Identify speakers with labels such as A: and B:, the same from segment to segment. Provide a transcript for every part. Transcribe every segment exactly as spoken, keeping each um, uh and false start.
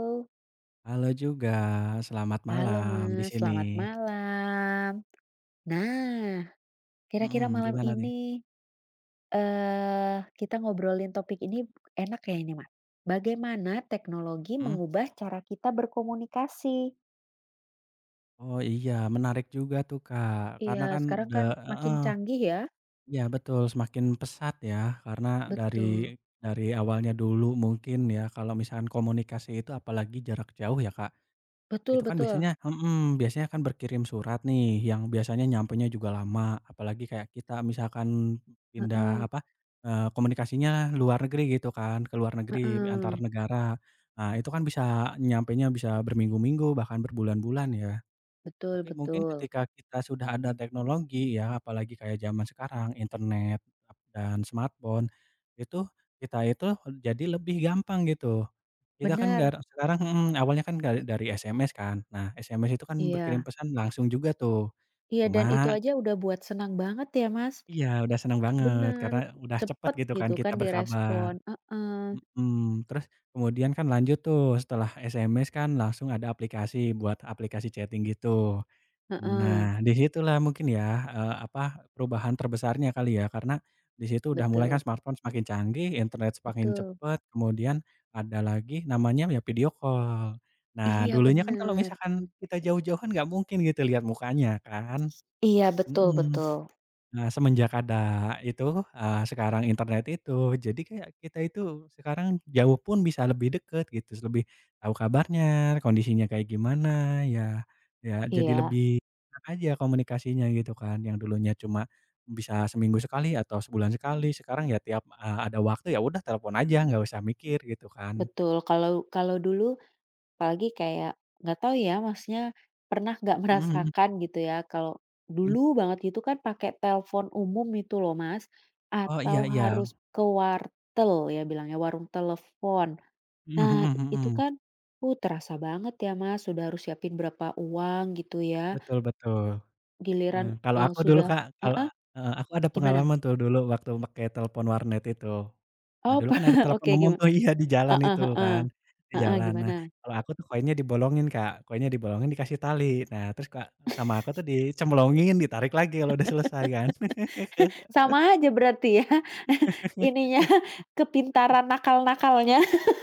A: Halo.
B: Halo juga, selamat
A: Halo
B: malam di
A: Mas,
B: sini.
A: selamat malam. Nah, kira-kira
B: Mhm,
A: malam
B: gimana nih?
A: ini, eee, kita ngobrolin topik ini enak ya ini, Mas? Bagaimana teknologi
B: Mhm?
A: mengubah cara kita berkomunikasi?
B: Oh iya, menarik juga tuh, Kak,
A: Iya,
B: karena kan
A: sekarang
B: da
A: kan makin
B: heeh,
A: canggih ya.
B: iya betul, semakin pesat ya, karena
A: Betul,
B: dari dari awalnya dulu mungkin ya, kalau misalkan komunikasi itu apalagi jarak jauh ya, Kak,
A: betul
B: itu kan
A: betul.
B: biasanya mhm, biasanya kan berkirim surat nih, yang biasanya nyampenya juga lama, apalagi kayak kita misalkan
A: Heeh
B: pindah apa, eee, komunikasinya luar negeri gitu kan, ke luar negeri,
A: heeh.
B: antar negara. Nah, itu kan bisa nyampenya bisa berminggu-minggu, bahkan berbulan-bulan ya.
A: Betul
B: Tapi mungkin
A: betul.
B: ketika kita sudah ada teknologi ya, apalagi kayak zaman sekarang, internet, dan smartphone, itu kita itu jadi lebih gampang gitu. Kita kan
A: Benar.
B: nggak sekarang mhm, awalnya kan dari dari S M S kan. Nah, S M S itu kan berkirim
A: Iya.
B: pesan langsung juga tuh.
A: Iya, dan itu
B: Cuma
A: aja udah buat senang banget ya, Mas.
B: iya, udah seneng banget
A: Benar,
B: karena udah cepet
A: cepet
B: gitu kan
A: gitu kan
B: kita berkabar,
A: direspon. Heeh,
B: mhm. Terus kemudian kan lanjut tuh setelah S M S kan langsung ada aplikasi buat aplikasi chatting gitu.
A: heeh.
B: Nah, di situlah mungkin ya, eee, apa, perubahan terbesarnya kali ya, karena di situ udah mulai kan
A: Betul
B: smartphone semakin canggih, internet semakin
A: betul.
B: cepet, kemudian ada lagi namanya ya video call. Nah,
A: Iya,
B: dulunya kan kalau
A: benar.
B: misalkan kita jauh-jauhan nggak mungkin gitu lihat mukanya kan,
A: Iya, betul
B: mhm.
A: betul.
B: Nah, semenjak ada itu, eee, sekarang internet itu, jadi kayak kita itu sekarang jauh pun bisa lebih deket gitu, lebih tahu kabarnya, kondisinya kayak gimana, ya ya jadi
A: Iya,
B: lebih enak aja komunikasinya gitu kan. Yang dulunya cuma bisa seminggu sekali atau sebulan sekali, sekarang ya tiap, eee, ada waktu ya udah telepon aja, nggak usah mikir gitu kan.
A: betul. Kalau kalau dulu, apalagi kayak, nggak tahu ya Masnya pernah nggak
B: Mhm mhm
A: merasakan gitu ya, kalau
B: mhm.
A: dulu banget itu kan pakai telepon umum itu loh Mas,
B: Oh, iya
A: atau
B: iya.
A: harus ke wartel, ya bilangnya warung telepon.
B: Mhm
A: Nah
B: mhm
A: itu
B: mhm.
A: kan, uh, terasa banget ya Mas, sudah harus siapin berapa uang gitu ya
B: Betul betul.
A: giliran,
B: Eee, kalau
A: eee,
B: aku dulu,
A: sudah
B: Kak,
A: ah
B: kalau
A: ah,
B: heeh, aku ada
A: gimana?
B: pengalaman tuh dulu waktu pakai telepon warnet itu. Nah,
A: Oh
B: dulu kan ada telepon
A: oke,
B: umum
A: gimana?
B: tuh iya, di jalan
A: Heeh
B: itu
A: heeh
B: kan, di
A: heeh,
B: jalan. Nah,
A: gimana?
B: kalau aku tuh koinnya dibolongin, Kak, koinnya dibolongin dikasih tali. Nah, terus Kak, sama aku tuh dicemplungin, ditarik lagi kalau udah selesai kan.
A: Sama aja berarti ya. Ininya kepintaran nakal-nakalnya.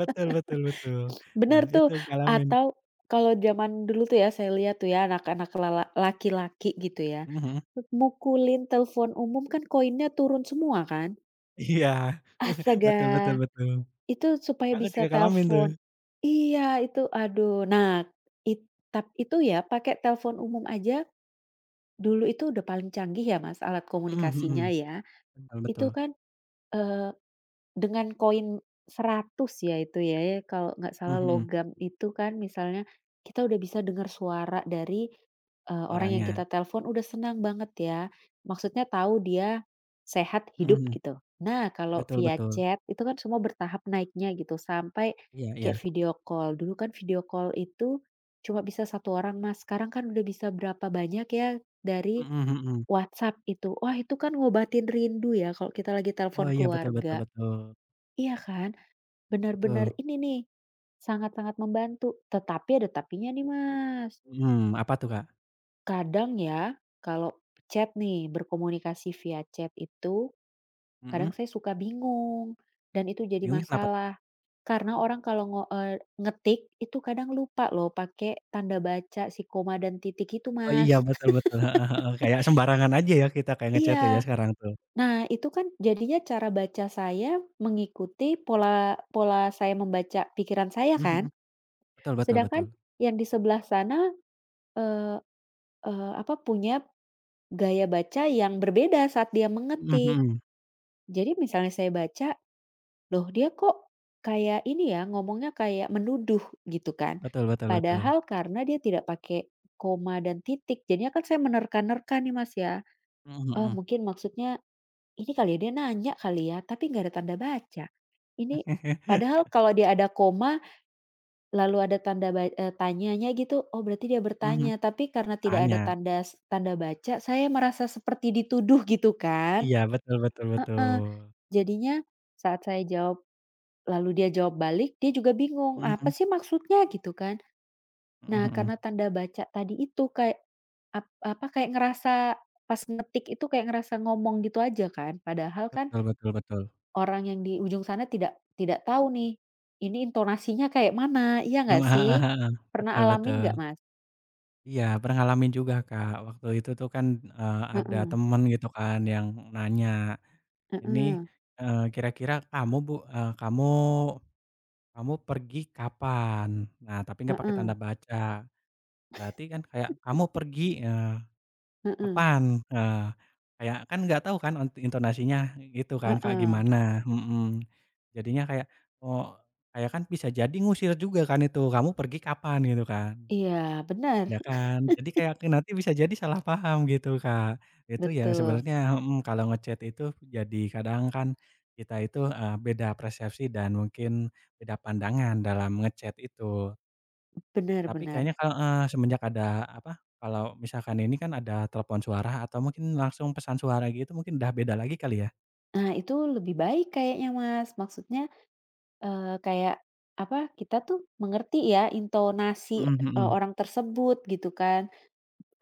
B: Betul betul betul.
A: Bener
B: Nah,
A: tuh.
B: itu ngalamin.
A: Atau kalau zaman dulu tuh ya, saya lihat tuh ya anak-anak lala laki-laki gitu ya,
B: Mhm mhm.
A: mukulin telepon umum kan koinnya turun semua kan.
B: Iya,
A: Astaga,
B: betul betul betul.
A: itu supaya
B: Aku
A: bisa
B: juga ngalamin tuh.
A: telepon. Iya itu, aduh. Nah, it tap itu ya pakai telepon umum aja, dulu itu udah paling canggih ya Mas alat
B: Mhm mhm.
A: komunikasinya ya,
B: Betul
A: itu
B: betul.
A: kan, eh, dengan koin seratus ya itu ya, ya, kalau nggak salah
B: Mhm mhm.
A: logam itu kan, misalnya kita udah bisa dengar suara dari, eee, orang yang
B: Orangnya.
A: kita telepon udah senang banget ya, maksudnya tahu dia sehat,
B: Mhm
A: hidup
B: mhm.
A: gitu. Nah, kalau
B: Betul
A: via
B: betul.
A: chat itu kan semua bertahap naiknya gitu sampai
B: Iya iya.
A: kayak video call. Dulu kan video call itu cuma bisa satu orang Mas, sekarang kan udah bisa berapa banyak ya dari
B: Mhm mhm.
A: WhatsApp itu. Wah, itu kan ngobatin rindu ya kalau kita lagi
B: Oh
A: telepon
B: iya, betul betul
A: keluarga.
B: betul.
A: Iya kan? Benar-benar
B: Betul.
A: ini nih, sangat-sangat membantu. Tetapi ada tapinya nih Mas,
B: Mhm, apa tuh, Kak?
A: kadang ya kalau chat nih, berkomunikasi via chat itu kadang
B: Mhm,
A: saya suka bingung dan itu jadi
B: bingungnya kenapa?
A: masalah. Karena orang kalau ngo eee, ngetik itu kadang lupa loh pakai tanda baca, si koma dan titik itu
B: Oh iya,
A: Mas.
B: betul betul, heeh heeh, kayak sembarangan aja ya kita kayak
A: Iya.
B: nge-chat tuh ya sekarang tuh.
A: Nah itu kan jadinya cara baca saya mengikuti pola pola saya membaca pikiran saya
B: Mhm
A: kan?
B: mhm, betul betul
A: Sedangkan
B: betul.
A: yang di sebelah sana, eee eee, apa, punya gaya baca yang berbeda saat dia
B: Mhm
A: mengetik.
B: mhm,
A: Jadi misalnya saya baca, "Loh, dia kok kayak ini ya, ngomongnya kayak menuduh," gitu kan.
B: betul betul betul.
A: Padahal karena dia tidak pakai koma dan titik, jadinya kan saya menerka-nerka nih, Mas, ya.
B: Mhm mhm.
A: Oh,
B: Mhm,
A: mungkin maksudnya ini kali ya, dia nanya kali ya, tapi nggak ada tanda baca. Ini, padahal kalau dia ada koma, lalu ada tanda ba eee, tanyanya gitu, oh berarti dia bertanya, tapi karena tidak ada
B: tanya.
A: tanda s tanda baca, saya merasa seperti dituduh gitu kan.
B: Iya, betul betul betul.
A: Heeh, jadinya saat saya jawab, lalu dia jawab balik, dia juga bingung,
B: Mhm
A: "Apa
B: mhm,
A: sih maksudnya?" Gitu kan.
B: mhm
A: Nah,
B: mhm.
A: karena tanda baca tadi itu kayak ap apa, kayak ngerasa pas ngetik itu kayak ngerasa ngomong gitu aja kan, padahal kan
B: Betul betul betul.
A: orang yang di ujung sana tidak tidak tahu nih, ini intonasinya kayak mana, iya nggak
B: Gima heeh
A: sih?
B: heeh,
A: Pernah
B: betul
A: alamin
B: betul.
A: nggak, Mas?
B: Iya, pernah ngalamin juga, Kak. Waktu itu tuh kan, eee, ada
A: Heeh.
B: temen gitu kan yang nanya ini,
A: Heeh
B: eee, kira-kira kamu bu eee, kamu kamu pergi kapan? Nah, tapi nggak pakai
A: heeh
B: tanda baca. Berarti kan kayak kamu pergi, eee,
A: heeh
B: kapan? Eee, kayak kan nggak tahu kan ent intonasinya gitu kan kayak
A: heeh.
B: gimana, mhm. Jadinya kayak, oh, kayak kan bisa jadi ngusir juga kan itu, kamu pergi kapan gitu kan.
A: Iya, benar,
B: Ya kan, jadi kayak nanti bisa jadi salah paham gitu, Kak. Itu yang
A: betul,
B: sebenarnya mhm, kalau ngechat itu jadi kadang kan kita itu, eee, beda persepsi dan mungkin beda pandangan dalam ngechat itu.
A: benar
B: Tapi kayaknya
A: benar.
B: kalau heeh, semenjak ada apa, kalau misalkan ini kan ada telepon suara atau mungkin langsung pesan suara gitu mungkin udah beda lagi kali ya?
A: Nah, itu lebih baik kayaknya Mas, maksudnya, eee, kayak apa, kita tuh mengerti ya intonasi,
B: Mhm
A: eee,
B: mhm.
A: orang tersebut gitu kan.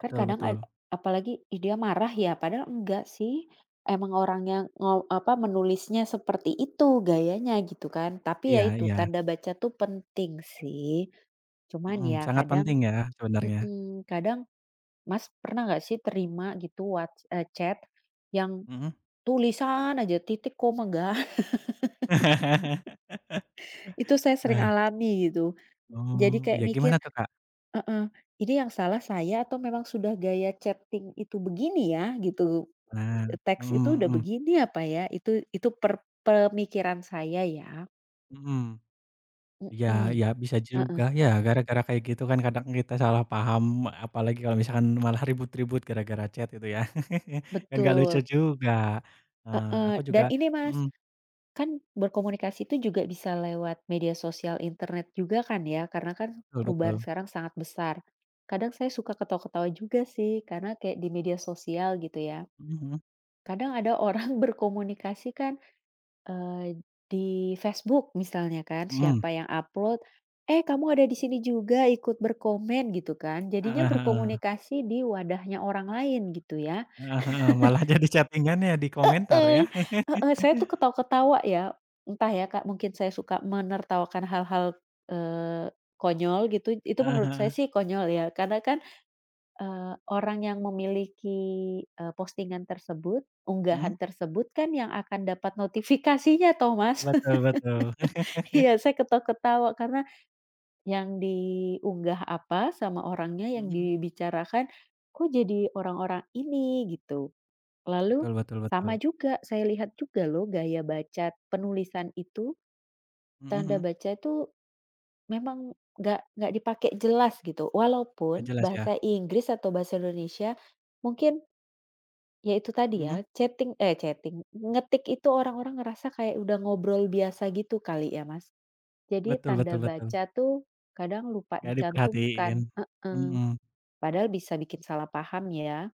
A: Kan kadang ad
B: betul.
A: apalagi, "Ih dia marah ya?" Padahal enggak sih, emang orangnya ngo apa, menulisnya seperti itu gayanya gitu kan. Tapi ya
B: Iya
A: itu,
B: iya.
A: tanda baca tuh penting sih, cuman
B: Mhm,
A: ya
B: sangat
A: kadang,
B: penting ya sebenarnya.
A: mhm, kadang Mas, pernah nggak sih terima gitu whats eee, chat yang
B: Mhm.
A: tulisan aja titik, koma, nggak. Itu saya sering
B: Nah,
A: alami gitu. Jadi
B: oh,
A: kayak
B: ya
A: mikir,
B: gimana tuh, Kak?
A: heeh, ini yang salah saya atau memang sudah gaya chatting itu begini ya gitu,
B: Nah,
A: teks itu udah
B: mhm mhm
A: begini apa ya? Itu itu per pemikiran saya ya.
B: mhm. Iya
A: Mhm,
B: iya bisa
A: heeh,
B: juga ya, gara-gara kayak gitu kan kadang kita salah paham, apalagi kalau misalkan malah ribut-ribut gara-gara chat gitu ya. Kan nggak lucu
A: betul,
B: juga. Eee, aku
A: heeh,
B: juga
A: dan ini Mas,
B: mhm,
A: kan berkomunikasi itu juga bisa lewat media sosial, internet juga kan ya, karena kan
B: betul betul.
A: perubahan sekarang sangat besar. Kadang saya suka ketawa-ketawa juga sih, karena kayak di media sosial gitu ya.
B: Mhm
A: Kadang ada orang berkomunikasi kan, eee, di Facebook misalnya kan,
B: mhm mhm.
A: siapa yang upload, "Eh, kamu ada di sini juga ikut berkomen," gitu kan. Jadinya
B: Heeh heeh.
A: berkomunikasi di wadahnya orang lain gitu ya.
B: Heeh heeh, malah jadi chatting-an ya di komentar ya.
A: Eee, heeh, saya tuh ketawa-ketawa ya, entah ya Kak, mungkin saya suka menertawakan hal-hal, eee, konyol gitu, itu
B: Heeh
A: menurut saya
B: heeh.
A: sih konyol ya, karena kan, eee, orang yang memiliki, eee, postingan tersebut,
B: Mhm,
A: unggahan tersebut kan yang akan dapat notifikasinya toh Mas.
B: betul betul.
A: Iya, saya ketawa-ketawa karena yang diunggah apa sama orangnya,
B: Mhm
A: yang
B: mhm.
A: dibicarakan, kok jadi orang-orang ini gitu. Lalu
B: Betul betul betul.
A: sama juga, saya lihat juga loh gaya baca penulisan itu,
B: Mhm
A: tanda
B: mhm.
A: baca itu memang nggak nggak dipakai jelas gitu.
B: Nggak
A: Walaupun
B: jelas ya.
A: bahasa Inggris atau bahasa Indonesia, mungkin ya itu tadi ya,
B: Mhm,
A: chatting eh chatting, ngetik itu orang-orang ngerasa kayak udah ngobrol biasa gitu kali ya, Mas. Jadi
B: betul
A: tanda
B: betul betul.
A: baca tuh kadang lupa
B: Nggak
A: dicantumkan,
B: diperhatiin,
A: heeh.
B: mhm.
A: Padahal bisa bikin salah paham ya.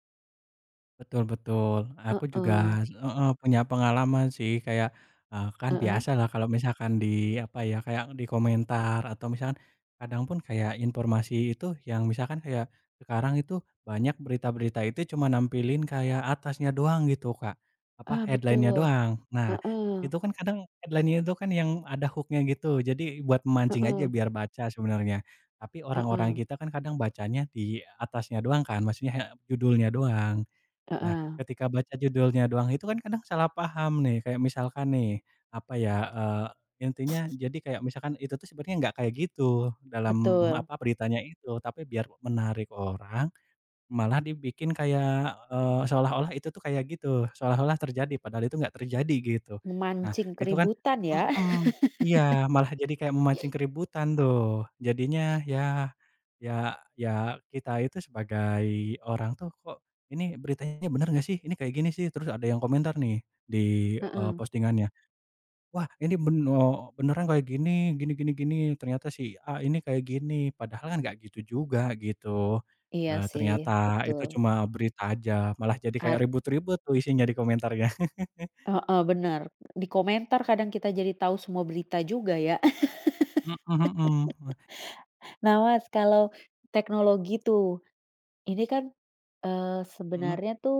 B: Betul betul. Aku
A: Heeh,
B: juga heeh, punya pengalaman sih kayak, eee, kan
A: heeh.
B: biasalah kalau misalkan di apa ya, kayak di komentar atau misalkan kadang pun kayak informasi itu yang misalkan kayak sekarang itu banyak berita-berita itu cuma nampilin kayak atasnya doang gitu, Kak, apa,
A: Ah,
B: headline-nya
A: betul,
B: doang. Nah,
A: heeh,
B: itu kan kadang headline-nya itu kan yang ada hook-nya gitu, jadi buat memancing aja
A: heeh.
B: biar baca sebenarnya. Tapi orang-orang
A: Heeh
B: kita kan kadang bacanya di atasnya doang kan, maksudnya he judulnya doang. Nah,
A: heeh,
B: ketika baca judulnya doang itu kan kadang salah paham nih, kayak misalkan nih, apa ya, eee, intinya jadi kayak misalkan itu tuh sebenarnya nggak kayak gitu dalam,
A: betul,
B: apa, beritanya itu, tapi biar menarik orang malah dibikin kayak, eee, seolah-olah itu tuh kayak gitu, seolah-olah terjadi padahal itu nggak terjadi gitu. Nah
A: memancing
B: itu kan
A: keributan ya.
B: mhm, iya malah jadi kayak memancing keributan tuh. Jadinya ya ya ya kita itu sebagai orang tuh kok, "Ini beritanya bener nggak sih? Ini kayak gini sih." Terus ada yang komentar nih di, eee,
A: Heeh,
B: postingannya. Wah ini ben eee, beneran kayak gini gini gini gini, ternyata si A ini kayak gini, padahal kan nggak gitu juga gitu.
A: iya
B: Eee,
A: sih
B: ternyata
A: betul,
B: itu cuma berita aja, malah jadi kayak
A: har
B: ribut-ribut tuh isinya di komentarnya.
A: heeh, benar, di komentar kadang kita jadi tahu semua berita juga ya.
B: Mhm mhm,
A: Nah, Mas, kalau teknologi tuh, ini kan, eee,
B: mhm,
A: sebenarnya tuh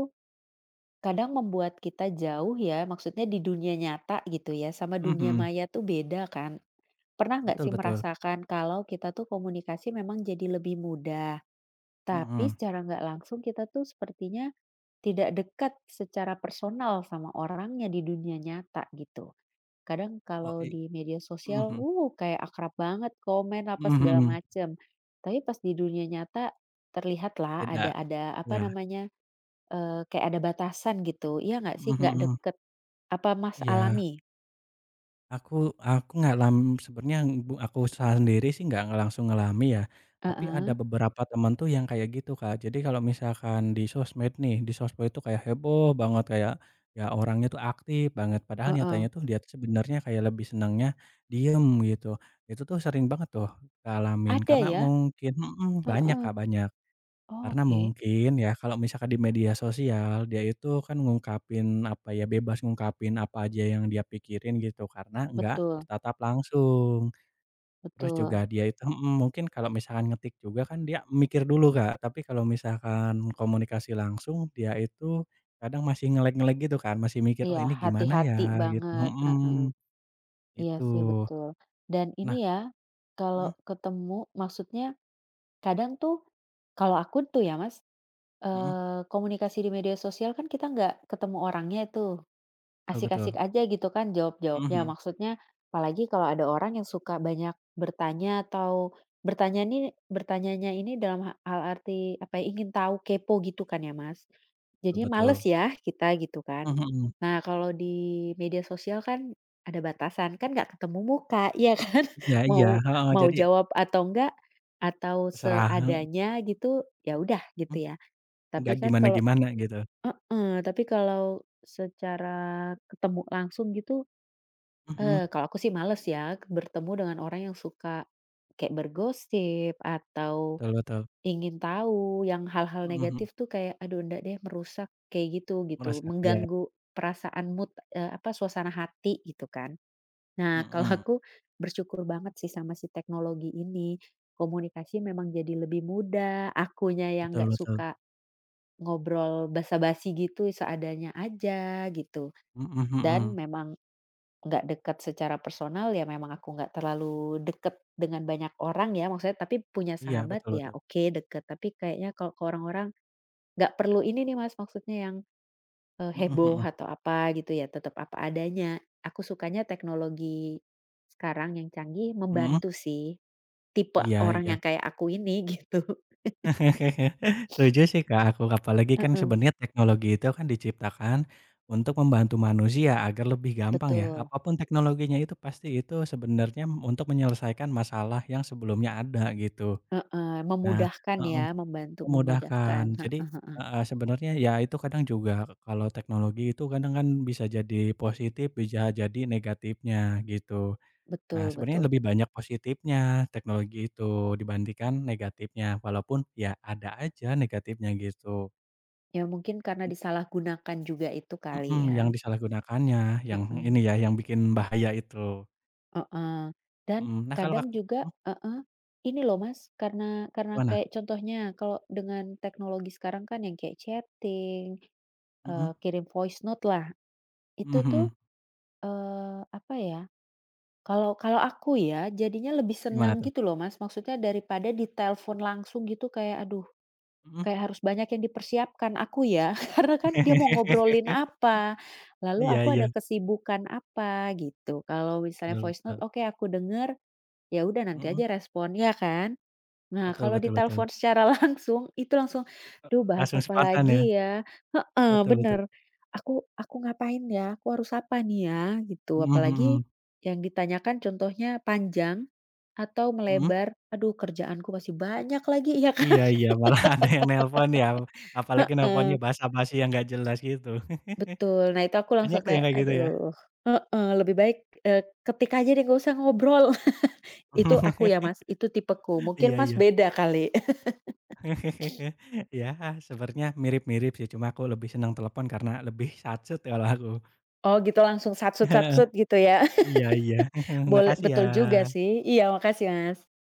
A: kadang membuat kita jauh ya, maksudnya di dunia nyata gitu ya, sama
B: mhm
A: dunia
B: mhm,
A: maya tuh beda kan. Pernah nggak
B: betul
A: sih
B: betul,
A: merasakan kalau kita tuh komunikasi memang jadi lebih mudah, tapi
B: mhm.
A: secara nggak langsung kita tuh sepertinya tidak dekat secara personal sama orangnya di dunia nyata gitu. Kadang
B: Oh
A: kalau
B: i
A: di media sosial,
B: mhm
A: uh, kayak akrab banget, komen apa
B: mhm, mhm
A: segala
B: mhm,
A: macem. Tapi pas di dunia nyata terlihatlah
B: beda,
A: ada ada apa
B: ya.
A: namanya, eee, kayak ada batasan gitu, iya nggak sih?
B: Mhm
A: Nggak
B: mhm,
A: deket. Apa Mas
B: iya.
A: alami?
B: Aku aku nggak lam sebenarnya bu aku sendiri sih nggak langsung ngalami ya, tapi ada
A: Heeh,
B: beberapa teman tuh yang kayak gitu, Kak. Jadi kalau misalkan di sosmed nih, di sosmed itu kayak heboh banget, kayak, ya orangnya tuh aktif banget, padahal
A: heeh.
B: nyatanya tuh dia tuh sebenarnya kayak lebih senangnya diem gitu. Itu tuh sering banget tuh ngalamin
A: Ada
B: karena
A: ya?
B: mungkin mhm, banyak,
A: Heeh.
B: Kak, banyak.
A: Oh,
B: Karena
A: oke.
B: mungkin ya, kalau misalkan di media sosial, dia itu kan ngungkapin, apa ya, bebas ngungkapin apa aja yang dia pikirin gitu, karena nggak
A: Betul
B: bertatap langsung. Terus
A: betul.
B: juga dia itu mhm, mungkin kalau misalkan ngetik juga kan dia mikir dulu, Kak. Tapi kalau misalkan komunikasi langsung, dia itu kadang masih nge lag gitu kan, masih mikir, "Oh,
A: Iya,
B: ini gimana
A: hati-hati
B: ya?" Gitu
A: banget, heeh.
B: mhm,
A: Iya sih
B: gitu.
A: betul. Dan
B: Nah,
A: ini ya, kalau
B: mhm
A: ketemu, maksudnya kadang tuh, kalau aku tuh ya Mas,
B: mhm,
A: eee, komunikasi di media sosial kan kita nggak ketemu orangnya itu.
B: betul betul.
A: Asik-asik aja gitu kan
B: Mhm
A: jawab-jawabnya.
B: mhm,
A: Maksudnya, apalagi kalau ada orang yang suka banyak bertanya atau bertanya nih bertanyanya ini dalam ha hal arti apa ya, ingin tahu, kepo gitu kan ya, Mas.
B: betul
A: Jadinya
B: betul.
A: males ya kita gitu kan.
B: Mhm mhm.
A: Nah, kalau di media sosial kan ada batasan, kan nggak ketemu muka, ya kan?
B: Iya iya,
A: Mau
B: heeh,
A: mau
B: jadi
A: jawab atau enggak, atau
B: terserah,
A: seadanya gitu, ya udah gitu
B: mhm.
A: ya.
B: Nggak
A: Tapi kan kalau
B: gimana-gimana gitu.
A: Heeh, tapi kalau secara ketemu langsung gitu,
B: Mhm,
A: eee, kalau aku sih males ya bertemu dengan orang yang suka kayak bergosip atau
B: betul betul.
A: ingin tahu yang hal-hal
B: Mhm
A: negatif
B: mhm,
A: tuh kayak, "Aduh enggak deh merusak," kayak gitu gitu,
B: merasa iya,
A: mengganggu perasaan mood, eee, apa, suasana hati gitu kan. Nah, kalau
B: mhm,
A: aku bersyukur banget sih sama si teknologi ini, komunikasi memang jadi lebih mudah, akunya yang
B: betul
A: nggak
B: betul.
A: suka ngobrol basa-basi gitu, seadanya aja gitu,
B: Mhm
A: dan
B: mhm.
A: memang nggak dekat secara personal ya, memang aku nggak terlalu deket dengan banyak orang ya, maksudnya tapi punya
B: Iya,
A: sahabat
B: betul
A: ya
B: betul.
A: oke deket, tapi kayaknya kalau ke orang-orang, nggak perlu ini nih Mas, maksudnya yang, eee,
B: Mhm
A: heboh
B: mhm.
A: atau apa gitu ya, tetap apa adanya. Aku sukanya teknologi sekarang yang canggih
B: Mhm?
A: membantu sih, tipe
B: Iya
A: orang
B: iya.
A: yang kayak aku ini gitu.
B: Setuju sih, Kak, aku, apalagi kan
A: Heeh,
B: sebenarnya teknologi itu kan diciptakan untuk membantu manusia agar lebih gampang ya,
A: betul.
B: apapun teknologinya itu pasti itu sebenarnya untuk menyelesaikan masalah yang sebelumnya ada gitu.
A: Heeh,
B: Nah
A: memudahkan
B: heeh.
A: ya, membantu memudahkan,
B: Memudahkan. Jadi
A: heeh,
B: heeh, sebenarnya ya itu kadang juga kalau teknologi itu kadang kan bisa jadi positif, bisa jadi negatifnya gitu. Nah
A: betul
B: sebenarnya
A: betul.
B: lebih banyak positifnya teknologi itu dibandingkan negatifnya, walaupun ya ada aja negatifnya gitu.
A: Ya mungkin karena disalahgunakan juga itu kali
B: Mhm,
A: ya,
B: yang disalahgunakannya, yang ini
A: heeh,
B: ya yang bikin bahaya itu.
A: heeh, dan
B: Mhm, nah kalau
A: kadang
B: Kak
A: juga,
B: mhm,
A: heeh, ini loh Mas, karena karena
B: gimana?
A: kayak contohnya kalau dengan teknologi sekarang kan yang kayak chatting,
B: Mhm,
A: eee, kirim voice note lah,
B: mhm
A: itu tuh,
B: mhm,
A: eee, apa ya, kalau kalau aku ya jadinya lebih
B: gimana
A: senang
B: tuh?
A: gitu loh Mas, maksudnya daripada ditelepon langsung gitu kayak aduh.
B: Mhm.
A: Kayak harus banyak yang dipersiapkan aku ya, karena kan dia mau ngobrolin apa, lalu
B: Iya
A: aku
B: iya,
A: ada kesibukan apa gitu. Kalau misalnya
B: betul
A: voice note
B: betul.
A: oke aku denger, ya udah nanti
B: Mhm,
A: aja respon, ya kan? Nah
B: betul
A: kalau
B: betul betul.
A: ditelepon secara langsung, itu langsung, "Duh bahas
B: Langsung
A: apa
B: spontan ya?
A: lagi ya?" Heeh,
B: Betul betul.
A: bener. Aku aku ngapain ya? Aku harus apa nih ya? Gitu.
B: Mhm mhm.
A: Apalagi yang ditanyakan contohnya panjang atau
B: Mhm?
A: melebar, aduh kerjaanku masih banyak lagi, ya kan?
B: Iya iya, malah ada yang nelpon ya, apalagi nelponnya
A: Heeh.
B: basa-basi yang nggak jelas gitu.
A: Betul. Nah, itu aku
B: Banyak
A: langsung
B: tuh yang
A: kayak,
B: kayak gitu ya?
A: aduh heeh, lebih baik, eee, ketik aja deh, nggak usah ngobrol. Itu aku ya, Mas, itu tipeku. Mungkin
B: Iya
A: Mas
B: iya.
A: beda kali.
B: Ya, sebenarnya mirip-mirip sih, cuma aku lebih senang telepon karena lebih sacet kalau aku.
A: Oh gitu langsung
B: Heeh.
A: satsut-satsut gitu ya.
B: Iya iya.
A: Boleh
B: Makasih ya.
A: betul juga sih. Iya, makasih, Mas.